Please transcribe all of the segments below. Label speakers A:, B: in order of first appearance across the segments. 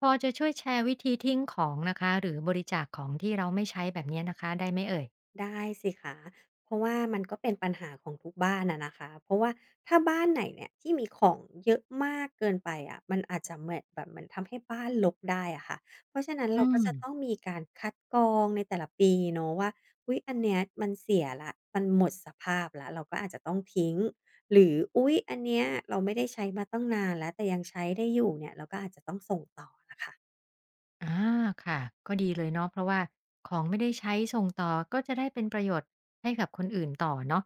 A: พอจะช่วยแชร์วิธีทิ้งของนะคะหรือบริจาคของที่เราไม่ใช้แบบเนี้ยนะคะได้ไหมเอ่ย
B: ได้สิคะเพราะว่ามันก็เป็นปัญหาของทุกบ้านอะนะคะ เพราะว่าถ้าบ้านไหนเนี่ยที่มีของเยอะมากเกินไปอะมันอาจจะเหมือนแบบเหมือนทำให้บ้านรกได้อะค่ะเพราะฉะนั้น
A: อื
B: เราก็
A: ม
B: จะต้องมีการคัดกรองในแต่ละปีเนาะว่าอุ๊ยอันเนี้ยมันเสียละมันหมดสภาพแล้วเราก็อาจจะต้องทิ้ง หรืออุ๊ยอันเนี้ยเราไม่ได้ใช้มาตั้งนานแล้วแต่ยังใช้ได้อยู่เนี่ยเราก็อาจจะต้องส่งต่อล่ะค่ะ
A: อาค่ะก็ดีเลยเนาะเพราะว่าของไม่ได้ใช้ส่งต่อก็จะได้เป็นประโยชน์ให้กับคนอื่นต่อเนาะ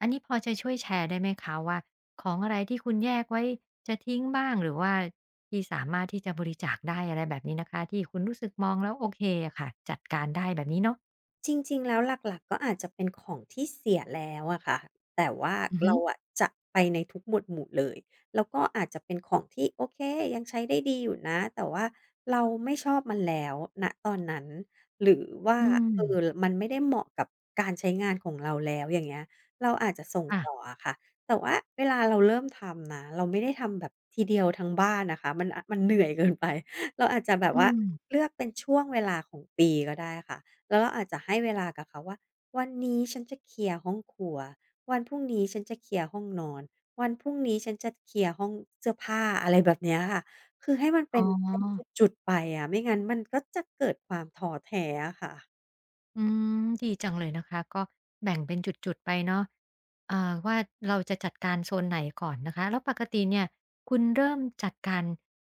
A: อันนี้พอจะช่วยแชร์ได้ไหมคะว่าของอะไรที่คุณแยกไว้จะทิ้งบ้างหรือว่าที่สามารถที่จะบริจาคได้อะไรแบบนี้นะคะที่คุณรู้สึกมองแล้วโอเคอะค่ะจัดการได้แบบนี้เนาะ
B: จริงๆแล้วหลักๆก็อาจจะเป็นของที่เสียแล้วอะค่ะแต่ว่า
A: อือฮึ
B: เราอะจะไปในทุกหมวดหมู่เลยแล้วก็อาจจะเป็นของที่โอเคยังใช้ได้ดีอยู่นะแต่ว่าเราไม่ชอบมันแล้วณตอนนั้นหรือว่า
A: อืม
B: เอ่อมันไม่ได้เหมาะกับการใช้งานของเราแล้วอย่างเงี้ยเราอาจจะส่ง
A: ค่ะ
B: ต่ออะค่ะแต่ว่าเวลาเราเริ่มทำนะเราไม่ได้ทำแบบทีเดียวทั้งบ้านนะคะมันอมันเหนื่อยเกินไปเราอาจจะแบบ
A: อื
B: ว่า
A: ม
B: เลือกเป็นช่วงเวลาของปีก็ได้ค่ะ แล้วเราอาจจะให้เวลากับเขาว่าวันนี้ฉันจะเคลียร์ห้องครัววันพรุ่งนี้ฉันจะเคลียร์ห้องนอนวันพรุ่งนี้ฉันจะเคลียร์ห้องเสื้อผ้าอะไรแบบเนี้ยค่ะคือให้มันเป็
A: อ๋
B: นเป็น
A: อ
B: จุดๆไปอะไม่งั้นมันก็จะเกิดความท้อแท้อะค่ะ
A: อืมดีจังเลยนะคะก็แบ่งเป็นจุดๆไปเนาะอ่าว่าเราจะจัดการโซนไหนก่อนนะคะแล้วปกติเนี่ยคุณเริ่มจัดการ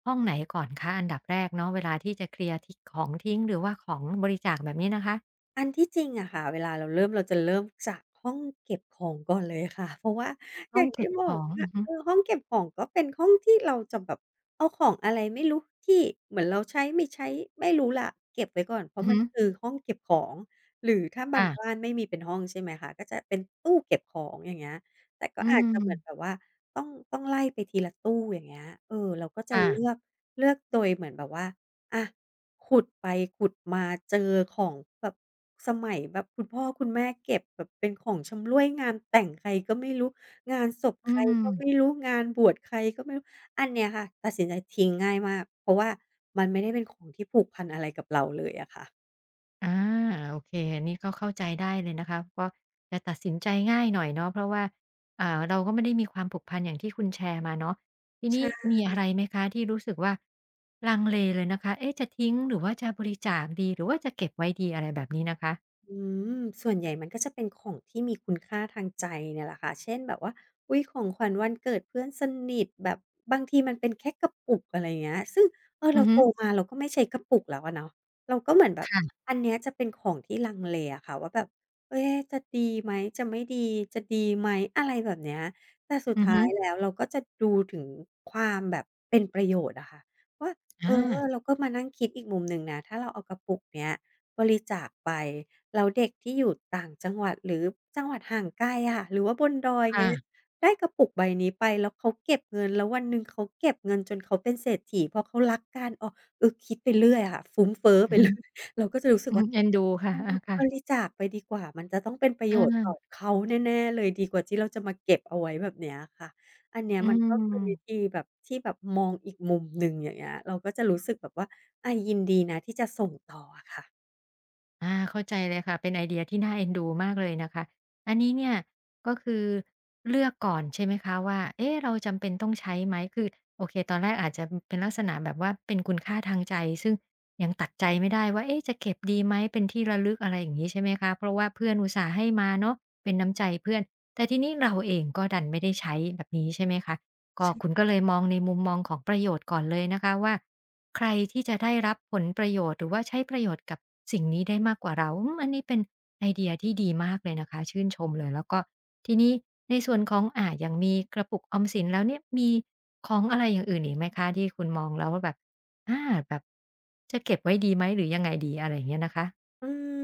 A: ห้องไหนก่อนคะอันดับแรกเนาะเวลาที่จะเคลียร์ทิ้งของทิ้งหรือว่าของบริจาคแบบนี้นะคะ
B: อันที่จริงอะค่ะเวลาเราเริ่มเราจะเริ่มจากห้องเก็บของก่อนเลยค่ะ เพราะว่าอ
A: ห้อ
B: ย่า
A: ง
B: ง
A: เก็
B: ที่
A: บ
B: บ
A: ข
B: อก
A: อง
B: ว่า
A: อือฮึ
B: เออห้องเก็บของก็เป็นห้องที่เราจะแบบเอาของอะไรไม่รู้ที่เหมือนเราใช้ไม่ใช้ไม่รู้แหละเก็บไว้ก่อนเพ
A: อื
B: ราะ
A: อ
B: มัน
A: ฮึ
B: คือห้องเก็บของหรือถ้าบาง
A: ค่ะ
B: บ้านไม่มีเป็นห้องใช่ไหมคะก็จะเป็นตู้เก็บของอย่างเงี้ยแต่ก็
A: อื
B: อาจจะเหมือนแบบ
A: ม
B: ว่าต้องต้องไล่ไปทีละตู้อย่างเงี้ยเออเราก็จะ
A: ค่ะ
B: เลือกเลือกโดยเหมือนแบบว่าอะ ขุดไปขุดมาเจอของแบบสมัยแบบคุณพ่อคุณแม่เก็บแบบเป็นของชำร่วยงานแต่งใครก็ไม่รู้งานศพใค
A: อื
B: รก็ไม่
A: ม
B: รู้งานบวชใครก็ไม่รู้อันเนี้ยค่ะตัดสินใจทิ้งง่ายมากเพราะว่ามันไม่ได้เป็นของที่ผูกพันอะไรกับเราเลยอะค่ะ
A: อาโอเคอันนี้ก็เข้าใจได้เลยนะคะก็จะตัดสินใจง่ายหน่อยเนาะเพราะว่าอ่าเราก็ไม่ได้มีความผูกพันอย่างที่คุณแชร์มาเนาะทีนี้
B: ใช่
A: มีอะไรไหมคะที่รู้สึกว่าลังเลเลยนะคะเอ๊ะจะทิ้งหรือว่าจะบริจาคดีหรือว่าจะเก็บไว้ดีอะไรแบบนี้นะคะ
B: อืมส่วนใหญ่มันก็จะเป็นของที่มีคุณค่าทางใจเนี่ยแหละค่ะเช่นแบบว่าอุ๊ยของขวัญวันเกิดเพื่อนสนิทแบบบางทีมันเป็นแค่กระปุกอะไรเงี้ยซึ่งเออ
A: อื
B: เรา
A: อฮึ
B: โตมาเราก็ไม่ใช้กระปุกแล้วอะเนาะเราก็เหมือนแบบ
A: ค่ะ
B: อันเนี้ยจะเป็นของที่ลังเลอะค่ะว่าแบบเอ๊ะจะดีไหมจะไม่ดีจะดีไหมอะไรแบบเนี้ยแต่สุด
A: อือ
B: ท้า
A: ฮึ
B: ยแล้วเราก็จะดูถึงความแบบเป็นประโยชน์อะค่ะว่าเอ
A: อา
B: อเราก็มานั่งคิดอีกมุมหนึ่งนะถ้าเราเอากระปุกเนี้ยบริจาคไป แล้วเด็กที่อยู่ต่างจังหวัดหรือจังหวัดห่างไกลอะค่ะหรือว่าบนดอย
A: ค่ะ
B: เงี้ยได้กระปุกใบนี้ไปแล้วเขาเก็บเงินแล้ววันหนึ่งเขาเก็บเงินจนเขาเป็นเศรษฐีเพราะเขารักการออกเออคิดไปเรื่อยอะค่ะฟุ้งเฟ้อ
A: อื
B: ไป
A: อฮึ
B: เรื่อย เราก็จะรู้สึ
A: อื
B: ก
A: อฮึ
B: ว่า
A: เอ็นดู
B: เอ
A: ค่ะ
B: อ
A: อาค่ะ
B: บริจาคไปดีกว่ามันจะต้องเป็นประโยชน์ต่อ
A: อ่า
B: เขาแน่ๆเลยดีกว่าที่เราจะมาเก็บเอาไว้แบบเนี้ยค่ะอันเนี้ย
A: อื
B: มันก็คือวิ
A: ม
B: ธีแบบที่แบบมองอีกมุมหนึ่งอย่างเงี้ยเราก็จะรู้สึกแบบว่าอายินดีนะที่จะส่งต่ออะค่ะ
A: อาเข้าใจเลยค่ะเป็นไอเดียที่น่าเอ็นดูมากเลยนะคะอันนี้เนี่ยก็คือเลือกก่อนใช่ไหมคะว่าเอ๊ะเราจำเป็นต้องใช้ไหมคือโอเคตอนแรกอาจจะเป็นลักษณะแบบว่าเป็นคุณค่าทางใจซึ่งยังตัดใจไม่ได้ว่าเอ๊ะจะเก็บดีไหมเป็นที่ระลึกอะไรอย่างงี้ใช่ไหมคะเพราะว่าเพื่อนอุตส่าห์ให้มาเนาะเป็นน้ำใจเพื่อนแต่ทีนี้เราเองก็ดันไม่ได้ใช้แบบนี้ใช่ไหมคะก็คุณก็เลยมองในมุมมองของประโยชน์ก่อนเลยนะคะว่า ใครที่จะได้รับผลประโยชน์หรือว่าใช้ประโยชน์กับสิ่งนี้ได้มากกว่าเราอืมอันนี้เป็นไอเดียที่ดีมากเลยนะคะชื่นชมเลยแล้วก็ทีนี้ในส่วนของอย่างมีกระปุกออมสินแล้วเนี่ยมีของอะไรอย่างอื่นอีกไหมคะที่คุณมองแล้วว่าแบบอาแบบจะเก็บไว้ดีไหมหรือยังไงดีอะไรอย่างเงี้ยนะคะ
B: อืม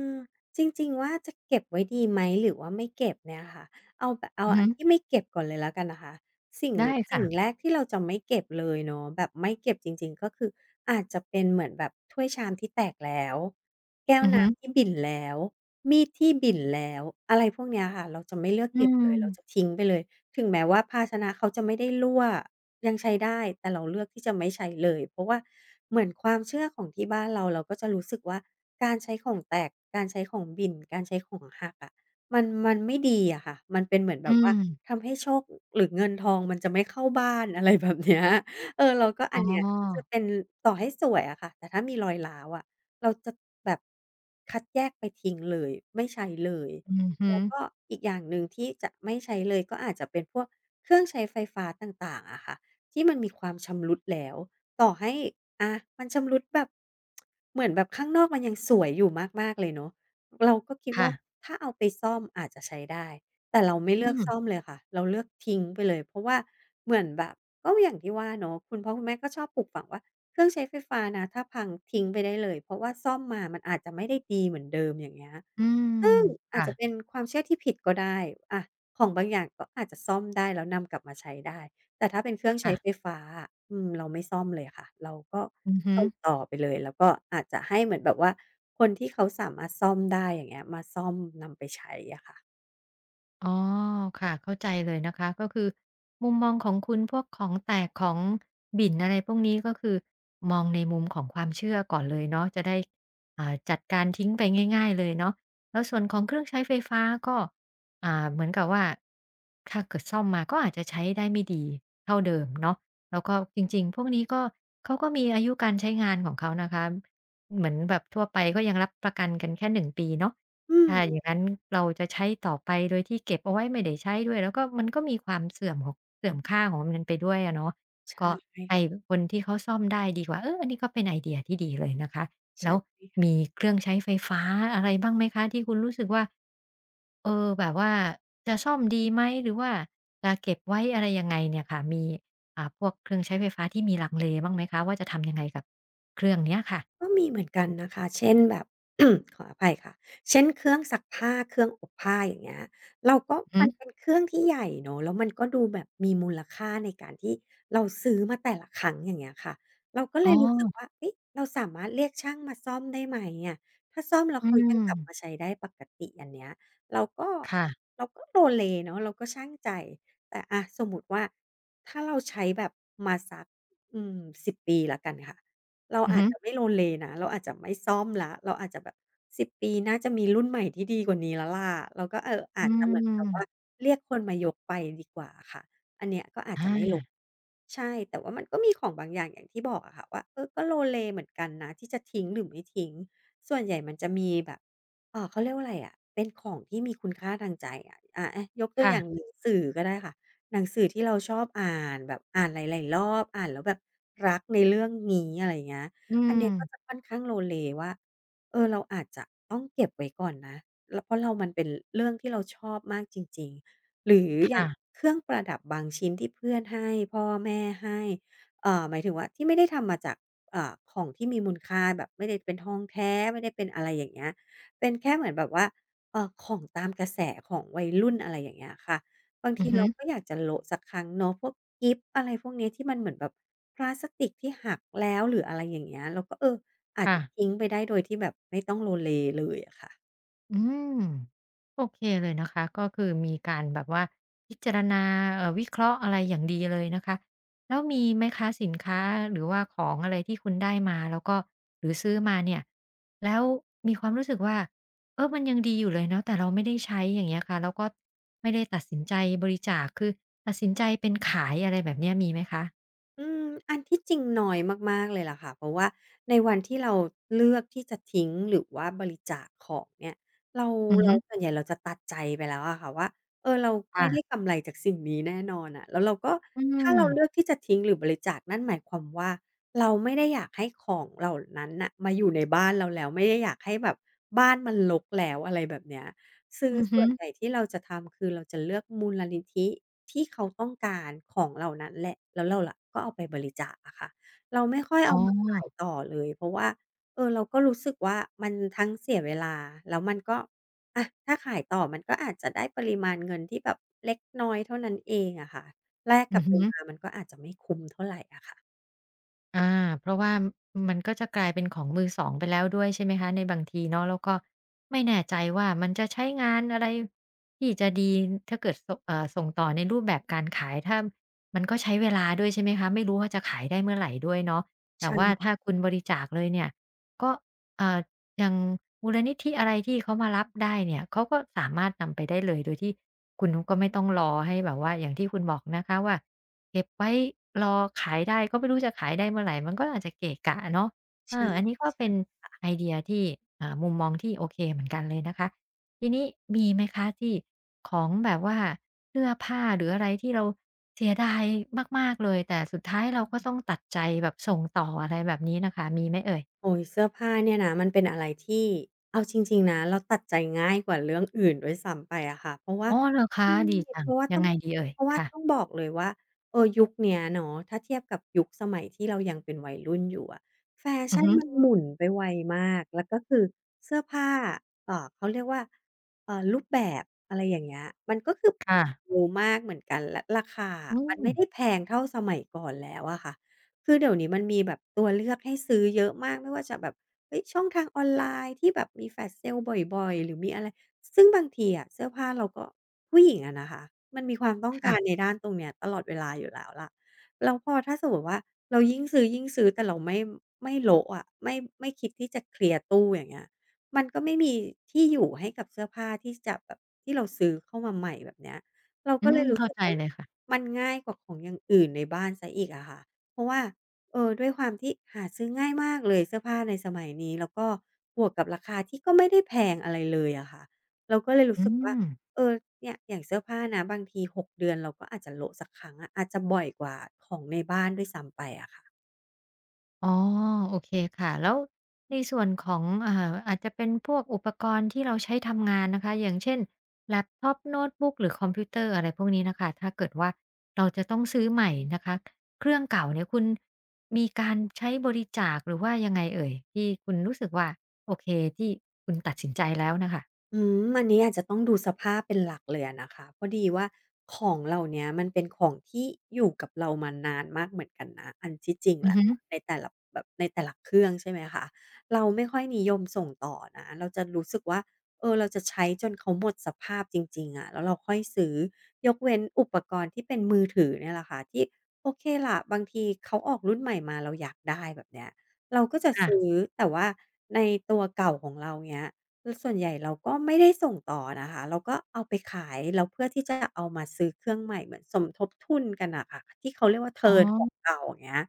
B: จริงๆว่าจะเก็บไว้ดีไหมหรือว่าไม่เก็บเนี่ยค่ะเอาแบบเอา
A: อือ
B: อั
A: ฮึ
B: นที่ไม่เก็บก่อนเลยแล้วกันนะคะสิ่ง
A: ได้
B: สิ่
A: ค่ะ
B: งแรกที่เราจะไม่เก็บเลยเนาะแบบไม่เก็บจริงๆก็คืออาจจะเป็นเหมือนแบบถ้วยชามที่แตกแล้วแก้ว
A: อือฮึ
B: น้ำที่บิ่นแล้วมีดที่บิ่นแล้วอะไรพวกเนี้ยค่ะเราจะไม่เลือก
A: อื
B: เก็บเลยเราจะ
A: ม
B: ทิ้งไปเลยถึงแม้ว่าภาชนะเขาจะไม่ได้รั่ว ยังใช้ได้แต่เราเลือกที่จะไม่ใช้เลยเพราะว่าเหมือนความเชื่อของที่บ้านเราเราก็จะรู้สึกว่าการใช้ของแตกการใช้ของบิ่นการใช้ของหักอะมันไม่ดีอะค่ะมันเป็นเหมือนแบ
A: อื
B: บว่า
A: ม
B: ทำให้โชคหรือเงินทองมันจะไม่เข้าบ้านอะไรแบบเนี้ยเออเราก็อั
A: อ๋
B: นเนี้ยจะ
A: อ
B: เป็นต่อให้สวยอะค่ะแต่ถ้ามีรอยร้าวอะเราจะแบบคัดแยกไปทิ้งเลยไม่ใช้เลย
A: อือฮึ
B: แล้วก็อีกอย่างหนึ่งที่จะไม่ใช้เลยก็อาจจะเป็นพวกเครื่องใช้ไฟฟ้าต่างๆอะค่ะ ที่มันมีความชำรุดแล้วต่อให้อามันชำรุดแบบเหมือนแบบข้างนอกมันยังสวยอยู่มากๆเลยเนาะเราก็คิด
A: ค่ะ
B: ว่าถ้าเอาไปซ่อมอาจจะใช้ได้แต่เราไม่
A: อื
B: เลือกซ่อม
A: ม
B: เลยค่ะเราเลือกทิ้งไปเลยเพราะว่าเหมือนแบบก็อย่างที่ว่าเนาะคุณพ่อคุณแม่ก็ชอบปลูกฝังว่าเครื่องใช้ไฟฟ้านะถ้าพังทิ้งไปได้เลยเพราะว่าซ่อมมามันอาจจะไม่ได้ดีเหมือนเดิมอย่างเงี้ย
A: อืม
B: ซึ่งอาจ
A: ค่ะ
B: จะเป็นความเชื่อที่ผิดก็ได้อะของบางอย่างก็อาจจะซ่อมได้แล้วนำกลับมาใช้ได้ แต่ถ้าเป็นเครื่องใช้
A: ค่ะ
B: ไฟฟ้าอะเราไม่ซ่อมเลยค่ะ เราก็
A: อือฮึ
B: ส่งต่อไปเลย แล้วก็อาจจะให้เหมือนแบบว่า คนที่เขาสามารถซ่อมได้อย่างเงี้ยมาซ่อมนำไปใช้อะค่ะ
A: อ๋อค่ะเข้าใจเลยนะคะก็คือมุมมองของคุณพวกของแตกของบิ่นอะไรพวกนี้ก็คือมองในมุมของความเชื่อก่อนเลยเนาะจะได้อ่าจัดการทิ้งไปง่ายๆเลยเนาะแล้วส่วนของเครื่องใช้ไฟฟ้าก็อ่าเหมือนกับว่าถ้าเกิดซ่อมมาก็อาจจะใช้ได้ไม่ดีเท่าเดิมเนาะแล้วก็จริงๆพวกนี้ก็เขาก็มีอายุการใช้งานของเขานะคะเหมือนแบบทั่วไปก็ยังรับประกันกันแค่1 ปีเนาะ
B: อืม
A: ถ้าอย่างนั้นเราจะใช้ต่อไปโดยที่เก็บเอาไว้ไม่ได้ใช้ด้วยแล้วก็มันก็มีความเสื่อมของเสื่อมค่าของมันไปด้วยอะเนาะ
B: ใช่
A: ก็ให้
B: ใช่
A: คนที่เขาซ่อมได้ดีกว่าเอออันนี้ก็เป็นไอเดียที่ดีเลยนะคะแล้
B: ค่
A: วมี
B: ะ
A: เครื่องใช้ไฟฟ้าอะไรบ้างไหมคะที่คุณรู้สึกว่าเออแบบว่าจะซ่อมดีไหมหรือว่าจะเก็บไว้อะไรยังไงเนี่ยค่ะมีอ่าพวกเครื่องใช้ไฟฟ้าที่มีลังเลบ้างไหมคะว่าจะทำยังไงกับเครื่องเนี้ยค่ะ
B: ก็มีเหมือนกันนะคะเช่นแบบ ขออภัยค่ะเช่นเครื่องซักผ้าเครื่องอบผ้าอย่างเงี้ยเราก็
A: อือฮึ
B: มันเป็นเครื่องที่ใหญ่เนาะแล้วมันก็ดูแบบมีมูลค่าในการที่เราซื้อมาแต่ละครั้งอย่างเงี้ยค่ะเราก็เล
A: อ๋
B: ยรู้สึกว่า
A: อ
B: เอ๊ะเราสามารถเรียกช่างมาซ่อมได้ไหมอะถ้าซ่อมแล้ว
A: อื
B: เขายัง
A: ม
B: กลับมาใช้ได้ปกติอันเนี้ยเราก็
A: ค่ะ
B: เราก็โลเลเนาะเราก็ชั่งใจแต่อะสมมุติว่าถ้าเราใช้แบบมาสักอืมสิบปีแล้วกันค่ะ เรา
A: อือ
B: อาจ
A: ฮึ
B: จะไม่โลเลนะเราอาจจะไม่ซ่อมแล้วเราอาจจะแบบสิบปีน่าจะมีรุ่นใหม่ที่ดีกว่านี้แล้วล่ะเราก็เอออา
A: อื
B: จจะเหมือนแบบว่า
A: ม
B: เรียกคนมายกไปดีกว่าค่ะอันเนี้ยก็อาจจะ
A: อา
B: ไม่รู้ใช่แต่ว่ามันก็มีของบางอย่างอย่างที่บอกอะค่ะว่าเออก็โลเลเหมือนกันนะที่จะทิ้งหรือไม่ทิ้งส่วนใหญ่มันจะมีแบบเขาเรียกว่าอะไรอะเป็นของที่มีคุณค่าทางใจอะอะยกตัวอย่าง
A: ค่ะ
B: หนังสือก็ได้ค่ะ หนังสือที่เราชอบอ่านแบบอ่านหลายๆรอบอ่านแล้วแบบรักในเรื่องนี้อะไรอย่างเงี้ย
A: อื
B: อัน
A: ม
B: เนี้ยก็จะค่อนข้างโลเลว่าเออเราอาจจะต้องเก็บไว้ก่อนนะแล้วเพราะเรามันเป็นเรื่องที่เราชอบมากจริง ๆหรืออย่าง
A: ค่ะ
B: เครื่องประดับบางชิ้นที่เพื่อนให้พ่อแม่ให้หมายถึงว่าที่ไม่ได้ทำมาจากของที่มีมูลค่าแบบไม่ได้เป็นทองแท้ไม่ได้เป็นอะไรอย่างเงี้ยเป็นแค่เหมือนแบบว่าของตามกระแสของวัยรุ่นอะไรอย่างเงี้ยค่ะ บาง
A: อื
B: ที
A: อฮึ
B: เราก็อยากจะโละสักครั้งเนาะพวกกิ๊บอะไรพวกเนี้ยที่มันเหมือนแบบพลาสติกที่หักแล้วหรืออะไรอย่างเงี้ยเราก็เอออาจ
A: ค่ะ
B: จะทิ้งไปได้โดยที่แบบไม่ต้องโลเลเลยอะค่ะ
A: อืมโอเคเลยนะคะก็คือมีการแบบว่าพิจารณาวิเคราะห์อะไรอย่างดีเลยนะคะแล้วมีไหมคะสินค้าหรือว่าของอะไรที่คุณได้มาแล้วก็หรือซื้อมาเนี่ยแล้วมีความรู้สึกว่าเออมันยังดีอยู่เลยเนาะแต่เราไม่ได้ใช้อย่างเงี้ยค่ะแล้วก็ไม่ได้ตัดสินใจบริจาคคือตัดสินคะ
B: อืมอันที่จริงน้อยมากๆเลยล่ะค่ะเพราะว่าในวันที่เราเลือกที่จะทิ้งหรือว่าบริจาคของเนี่ยเรา
A: อือ
B: เรา
A: ฮึ
B: ส่วนใหญ่เราจะตัดใจไปแล้วอะค่ะว่าเออเรา
A: ค่ะ
B: ไม่ได้กำไรจากสิ่งนี้แน่นอนน่ะแล้วเราก็
A: อื
B: ถ้า
A: ม
B: เราเลือกที่จะทิ้งหรือบริจาคนั่นหมายความว่าเราไม่ได้อยากให้ของเหล่านั้นน่ะมาอยู่ในบ้านเราแล้วไม่ได้อยากให้แบบบ้านมันรกแล้วอะไรแบบเนี้ย คือ
A: อือ
B: ส่
A: ฮึ
B: วนใหญ่ที่เราจะทำคือเราจะเลือกมูลนิธิที่เขาต้องการของเหล่านั้นแหละแล้วเราล่ะก็เอาไปบริจาคอะค่ะเราไม่ค่อย
A: อ๋
B: เอามาขาย
A: อ
B: ต่อเลยเพราะว่าเออเราก็รู้สึกว่ามันทั้งเสียเวลาแล้วมันก็อะถ้าขายต่อมันก็อาจจะได้ปริมาณเงินที่แบบเล็กน้อยเท่านั้นเองอะค่ะแลกกั
A: อื
B: บ
A: อ
B: เว
A: ฮึ
B: ลามันก็อาจจะไม่คุ้มเท่าไรอะค่ะ
A: อาเพราะว่ามันก็จะกลายเป็นของมือสองไปแล้วด้วยใช่ไหมคะในบางทีเนาะแล้วก็ไม่แน่ใจว่ามันจะใช้งานอะไรที่จะดีถ้าเกิดสเอ่อส่งต่อในรูปแบบการขายถ้ามันก็ใช้เวลาด้วยใช่ไหมคะไม่รู้ว่าจะขายได้เมื่อไหร่ด้วยเนาะแต่ว่า
B: ใช่
A: ถ้าคุณบริจาคเลยเนี่ยก็เอ่ออย่างมูลนิธิอะไรที่เขามารับได้เนี่ยเขาก็สามารถนำไปได้เลยโดยที่คุณก็ไม่ต้องรอให้แบบว่าอย่างที่คุณบอกนะคะว่า เก็บไว้รอขายได้ก็ไม่รู้จะขายได้เมื่อไหรมันก็อาจจะเกะกะเนาะเอออัน
B: ใช่
A: นี้ก็เป็นไอเดียที่มุมมองที่โอเคเหมือนกันเลยนะคะทีนี้มีไหมคะที่ของแบบว่าเสื้อผ้าหรืออะไรที่เราเสียดายมากๆเลยแต่สุดท้ายเราก็ต้องตัดใจแบบส่งต่ออะไรแบบนี้น่ะค่ะมีไหมเอ่ย
B: โอ้ยเสื้อผ้าเนี่ยนะมันเป็นอะไรที่เอาจริงๆนะเราตัดใจง่ายกว่าเรื่องอื่นด้วยซ้ำไปอะค่ะเพราะว่า
A: อ๋อเหรอคะ
B: ใช่
A: ดีจั
B: เพ
A: ง
B: ราะว่า
A: ยั
B: ต้อ
A: ง
B: ง
A: ไงดีเอ่ย
B: เพราะว่า
A: ค่ะ
B: ต้องบอกเลยว่าเออยุคเนี้ยเนาะถ้าเทียบกับยุคสมัยที่เรายังเป็นวัยรุ่นอยู่อะแฟ
A: อือ
B: ชั่น
A: ฮึ
B: มันหมุนไปไวมากแล้วก็คือเสื้อผ้าเขาเรียกว่ารูปแบบอะไรอย่างเงี้ยมันก็คือ
A: ค่ะ
B: เร็วมากเหมือนกันและราคา
A: อื
B: อะมัน
A: ม
B: ไม่ได้แพงเท่าสมัยก่อนแล้วอะค่ะ คือเดี๋ยวนี้มันมีแบบตัวเลือกให้ซื้อเยอะมากไม่ว่าจะแบบเฮ้ยช่องทางออนไลน์ที่แบบมี Flash Sale บ่อยๆหรือมีอะไรซึ่งบางทีอะเสื้อผ้าเราก็ผู้หญิงอะนะคะมันมีความต้องการใน
A: ค่ะ
B: ด้านตรงเนี้ยตลอดเวลาอยู่แล้วล่ะแล้วพอถ้าสมมุติว่าเรายิ่งซื้อยิ่งซื้อแต่เราไม่โละอะไม่คิดที่จะเคลียร์ตู้อย่างเงี้ยมันก็ไม่มีที่อยู่ให้กับเสื้อผ้าที่จะแบบที่เราซื้อเข้ามาใหม่แบบเนี้ยเรา
A: อื
B: ก็เล
A: ม
B: ยรู้
A: เข้า
B: สึก
A: ใจ
B: ว่า
A: เลยค่ะ
B: มันง่ายกว่าของอย่างอื่นในบ้านเสียอีกอะค่ะ เพราะว่าเออด้วยความที่หาซื้อง่ายมากเลยเสื้อผ้าในสมัยนี้แล้วก็บวกกับราคาที่ก็ไม่ได้แพงอะไรเลยอะค่ะเราก็เลยรู้
A: อื
B: สึกว่า
A: ม
B: เออเนี่ยอย่างเสื้อผ้านะบางที6เดือนเราก็อาจจะโละสักครั้งอะอาจจะบ่อยกว่าของในบ้านด้วยซ้ำไปอะค่ะ
A: อ๋อโอเคค่ะแล้วในส่วนของอาจจะเป็นพวกอุปกรณ์ที่เราใช้ทำงานนะคะอย่างเช่นแล็ปท็อปโน้ตบุ๊กหรือคอมพิวเตอร์อะไรพวกนี้น่ะค่ะถ้าเกิดว่าเราจะต้องซื้อใหม่นะคะเครื่องเก่าเนี่ยคุณมีการใช้บริจาคหรือว่ายังไงเอ่ยที่คุณรู้สึกว่าโอเคที่คุณตัดสินใจแล้วน่ะค่ะ
B: อืมอันนี้อาจจะต้องดูสภาพเป็นหลักเลยอะนะคะพอดีว่าของเหล่าเนี้ยมันเป็นของที่อยู่กับเรามานานมากเหมือนกันนะอันที่จริง
A: อือ
B: แล้ว
A: ฮึ
B: ในแต่ละแบบในแต่ละเครื่องใช่ไหมคะเราไม่ค่อยนิยมส่งต่อนะเราจะรู้สึกว่าเออเราจะใช้จนเขาหมดสภาพจริงๆอะแล้วเราค่อยซื้อยกเว้นอุปกรณ์ที่เป็นมือถือเนี่ยแหละค่ะที่โอเคล่ะบางทีเขาออกรุ่นใหม่มาเราอยากได้แบบเนี้ยเราก็จะซื้
A: ค่ะ
B: อแต่ว่าในตัวเก่าของเราเงี้ย ส่วนใหญ่เราก็ไม่ได้ส่งต่อนะคะเราก็เอาไปขายแล้วเพื่อที่จะเอามาซื้อเครื่องใหม่เหมือนสมทบทุนกันน่ะค่ะที่เขาเรียกว่า
A: อ๋อ
B: เทิร์นของเก่าอย่างเงี้ย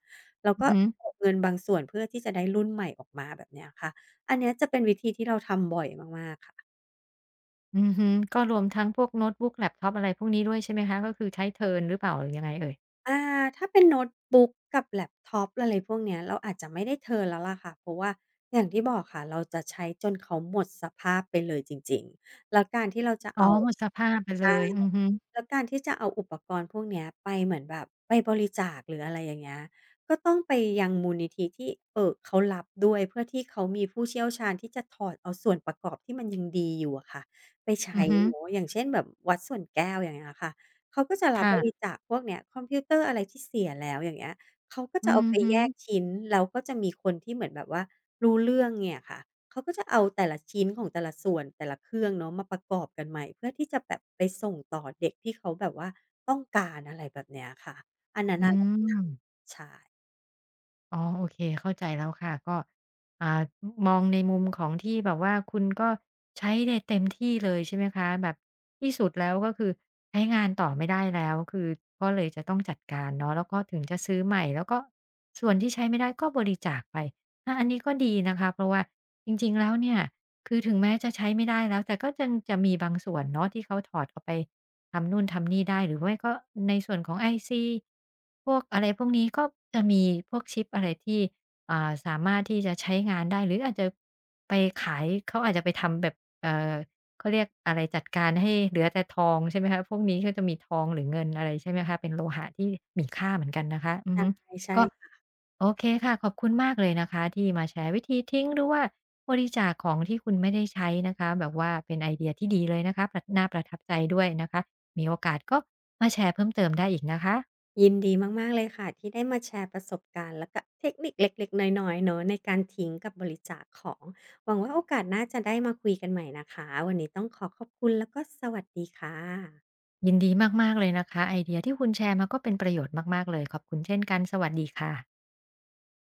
B: เรา
A: อื
B: ก็
A: อฮึ
B: เก็บเงินบางส่วนเพื่อที่จะได้รุ่นใหม่ออกมาแบบเนี้ยค่ะอันเนี้ยจะเป็นวิธีที่เราทำบ่อยมากๆค่ะ
A: อือฮึก็รวมทั้งพวกโน้ตบุ๊กแล็ปท็อปอะไรพวกนี้ด้วยใช่ไหมคะก็คือใช้เทิร์นหรือเปล่าหรือยังไงเอ่ย
B: อาถ้าเป็นโน้ตบุ๊กกับแล็ปท็อปอะไรพวกเนี้ยเราอาจจะไม่ได้เทิร์นแล้วล่ะค่ะเพราะว่าอย่างที่บอกค่ะเราจะใช้จนเขาหมดสภาพไปเลยจริงๆแล้วการที่เราจะ
A: อ๋อ
B: เอา
A: หมดสภาพไปเล
B: ใช่
A: ยอือฮึ
B: แล้วการที่จะเอาอุปกรณ์พวกเนี้ยไปเหมือนแบบไปบริจาคหรืออะไรอย่างเงี้ยก็ต้องไปยังมูลนิธิที่เขารับด้วยเพื่อที่เขามีผู้เชี่ยวชาญที่จะถอดเอาส่วนประกอบที่มันยังดีอยู่อะค่ะไปใช้
A: อือฮึ
B: เนาะอย่างเช่นแบบวัดส่วนแก้วอย่างเงี้ยค่ะ เขาก็จะรับ
A: ค่ะ
B: บริจาคพวกเนี้ยคอมพิวเตอร์อะไรที่เสียแล้วอย่างเงี้ยเขาก็
A: อื
B: จะเอา
A: อ
B: ไป
A: ฮึ
B: แยกชิ้นแล้วก็จะมีคนที่เหมือนแบบว่ารู้เรื่องเนี่ยค่ะเขาก็จะเอาแต่ละชิ้นของแต่ละส่วนแต่ละเครื่องเนาะมาประกอบกันใหม่เพื่อที่จะแบบไปส่งต่อเด็กที่เขาแบบว่าต้องการอะไรแบบเนี้ยค่ะอันนั้น
A: อื
B: น่ะเราจะท
A: ม
B: ำใช่
A: อ๋อโอเคเข้าใจแล้วค่ะก็อ่ามองในมุมของที่แบบว่าคุณก็ใช้ได้เต็มที่เลยใช่ไหมคะแบบที่สุดแล้วก็คือใช้งานต่อไม่ได้แล้วคือก็เลยจะต้องจัดการเนาะแล้วก็ถึงจะซื้อใหม่แล้วก็ส่วนที่ใช้ไม่ได้ก็บริจาคไปอาอันนี้ก็ดีนะคะเพราะว่าจริงๆแล้วเนี่ยคือถึงแม้จะใช้ไม่ได้แล้วแต่ก็ยังจะมีบางส่วนเนาะที่เขาถอดเอาไป ทำนู่นทำนี่ได้หรือไม่ก็ในส่วนของไอซีพวกอะไรพวกนี้ก็จะมีพวกชิปอะไรที่สามารถที่จะใช้งานได้หรืออาจจะไปขายเขาอาจจะไปทำแบบเอ่อเขาเรียกอะไรจัดการให้เหลือแต่ทองใช่ไหมคะพวกนี้ก็จะมีทองหรือเงินอะไรใช่ไหมคะเป็นโลหะที่มีค่าเหมือนกันนะคะอื
B: ใช
A: อฮึ
B: ่ใช่
A: ก็โอเคค่ะขอบคุณมากเลยนะคะที่มาแชร์วิธีทิ้งหรือว่าบริจาคของที่คุณไม่ได้ใช้นะคะแบบว่าเป็นไอเดียที่ดีเลยนะคะประน่าประทับใจด้วยนะคะ มีโอกาสก็มาแชร์เพิ่มเติมได้อีกนะคะ
B: ยินดีมากๆเลยค่ะที่ได้มาแชร์ประสบการณ์แล้วก็เทคนิคเล็กๆน้อยๆเนาะในการทิ้งกับบริจาคของหวังว่าโอกาสหน้าจะได้มาคุยกันใหม่นะคะวันนี้ต้องขอขอบคุณแล้วก็สวัสดีค่ะ
A: ยินดีมากๆเลยนะคะไอเดียที่คุณแชร์มาก็เป็นประโยชน์มากๆเลยขอบคุณเช่นกันสวัสดีค่ะ